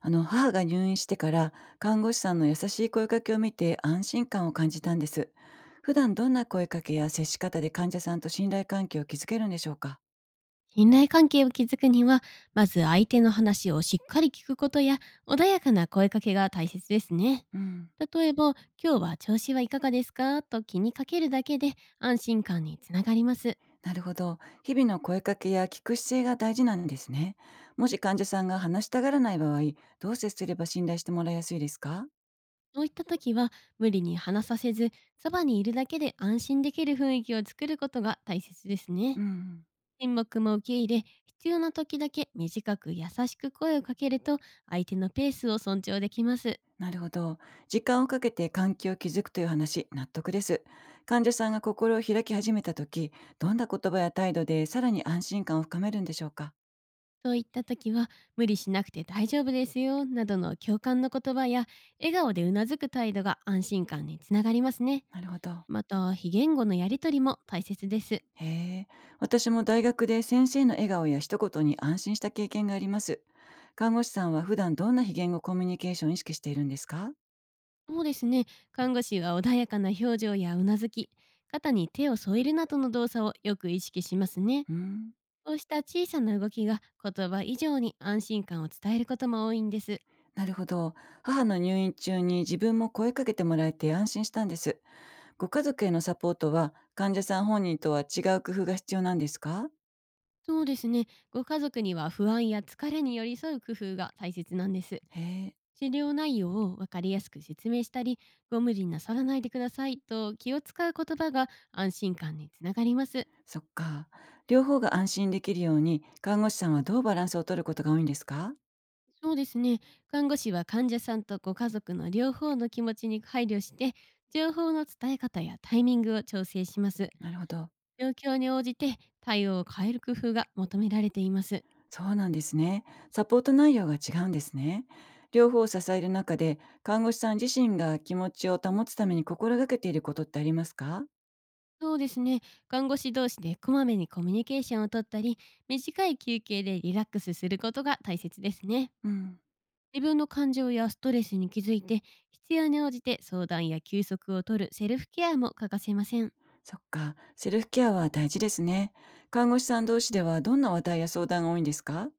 母が入院してから、看護師さんの優しい声かけを見て安心感を感じたんです。普段どんな声かけや接し方で患者さんと信頼関係を築けるんでしょうか？信頼関係を築くには、まず相手の話をしっかり聞くことや、穏やかな声かけが大切ですね。うん。例えば、今日は調子はいかがですかと気にかけるだけで安心感につながります。なるほど、日々の声かけや聞く姿勢が大事なんですね。もし患者さんが話したがらない場合、どう接すれば信頼してもらいやすいですか？そういった時は、無理に話させず、そばにいるだけで安心できる雰囲気を作ることが大切ですうね。ん。沈黙も受け入れ、必要な時だけ短く優しく声をかけると、相手のペースを尊重できます。なるほど、時間をかけて関係を築くという話、納得です。患者さんが心を開き始めた時、どんな言葉や態度でさらに安心感を深めるんでしょうか？そういった時は、無理しなくて大丈夫ですよなどの共感の言葉や、笑顔でうなずく態度が安心感につながりますね。なるほど。また、非言語のやりとりも大切です。へえ。私も大学で先生の笑顔や一言に安心した経験があります。看護師さんは普段どんな非言語コミュニケーションを意識しているんですか？そうですね。看護師は穏やかな表情やうなずき、肩に手を添えるなどの動作をよく意識しますね。うん。こうした小さな動きが、言葉以上に安心感を伝えることも多いんです。なるほど。母の入院中に自分も声かけてもらえて安心したんです。ご家族へのサポートは患者さん本人とは違う工夫が必要なんですか？そうですね。ご家族には不安や疲れに寄り添う工夫が大切なんです。へえ。治療内容を分かりやすく説明したり、ご無理なさらないでくださいと気を使う言葉が安心感につながります。そっか。両方が安心できるように看護師さんはどうバランスを取ることが多いんですか？そうですね。看護師は患者さんとご家族の両方の気持ちに配慮して、情報の伝え方やタイミングを調整します。なるほど。状況に応じて対応を変える工夫が求められています。そうなんですね。サポート内容が違うんですね。両方を支える中で、看護師さん自身が気持ちを保つために心がけていることってありますか？そうですね。看護師同士でこまめにコミュニケーションをとったり、短い休憩でリラックスすることが大切ですね。うん。自分の感情やストレスに気づいて、必要に応じて相談や休息を取るセルフケアも欠かせません。そっか。セルフケアは大事ですね。看護師さん同士ではどんな話題や相談が多いんですか？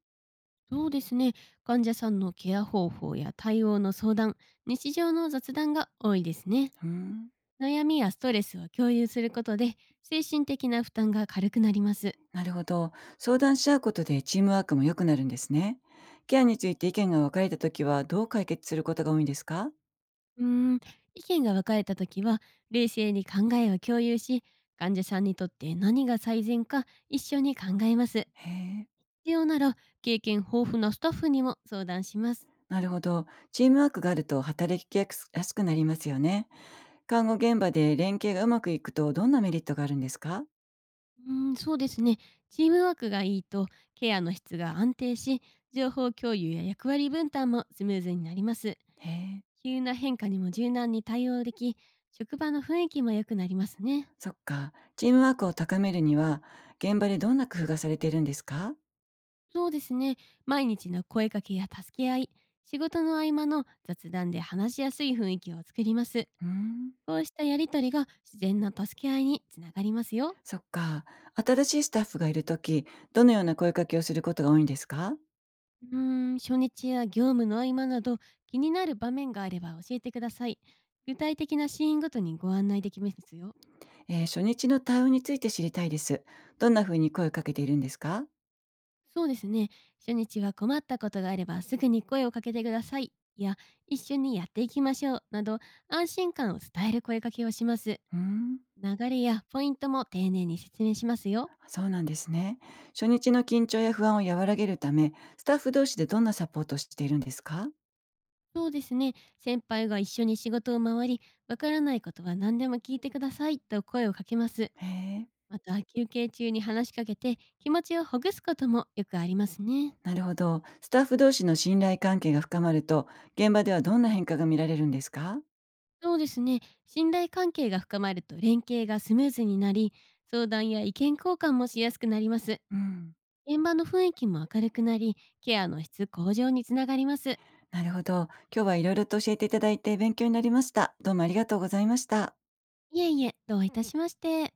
そうですね。患者さんのケア方法や対応の相談、日常の雑談が多いですね。うん。悩みやストレスを共有することで、精神的な負担が軽くなります。なるほど。相談し合うことでチームワークも良くなるんですね。ケアについて意見が分かれたときはどう解決することが多いんですか？うーん、意見が分かれた時は、冷静に考えを共有し、患者さんにとって何が最善か一緒に考えます。へえ。必要なら、経験豊富なスタッフにも相談します。なるほど。チームワークがあると働きやすくなりますよね。看護現場で連携がうまくいくとどんなメリットがあるんですか？うん、そうですね。チームワークがいいと、ケアの質が安定し、情報共有や役割分担もスムーズになります。へえ、急な変化にも柔軟に対応でき、職場の雰囲気も良くなりますね。そっか。チームワークを高めるには、現場でどんな工夫がされているんですか？そうですね。毎日の声かけや助け合い、仕事の合間の雑談で話しやすい雰囲気を作ります。うーん、こうしたやりとりが自然な助け合いにつながりますよ。そっか。新しいスタッフがいるとき、どのような声かけをすることが多いんですか？うー初日や業務の合間など、気になる場面があれば教えてください。具体的なシーンごとにご案内できますよ。えー、初日の対応について知りたいです。どんなふうに声をかけているんですか？そうですね。初日は、困ったことがあればすぐに声をかけてください、いや、一緒にやっていきましょう、など、安心感を伝える声かけをします。うーん、流れやポイントも丁寧に説明しますよ。そうなんですね。初日の緊張や不安を和らげるため、スタッフ同士でどんなサポートをしているんですか？そうですね。先輩が一緒に仕事を回り、わからないことは何でも聞いてくださいと声をかけます。へえ。また、休憩中に話しかけて気持ちをほぐすこともよくありますね。なるほど。スタッフ同士の信頼関係が深まると、現場ではどんな変化が見られるんですか？そうですね。信頼関係が深まると連携がスムーズになり、相談や意見交換もしやすくなります。うん。現場の雰囲気も明るくなり、ケアの質向上につながります。なるほど。今日はいろいろと教えていただいて勉強になりました。どうもありがとうございました。いえいえ、どういたしまして。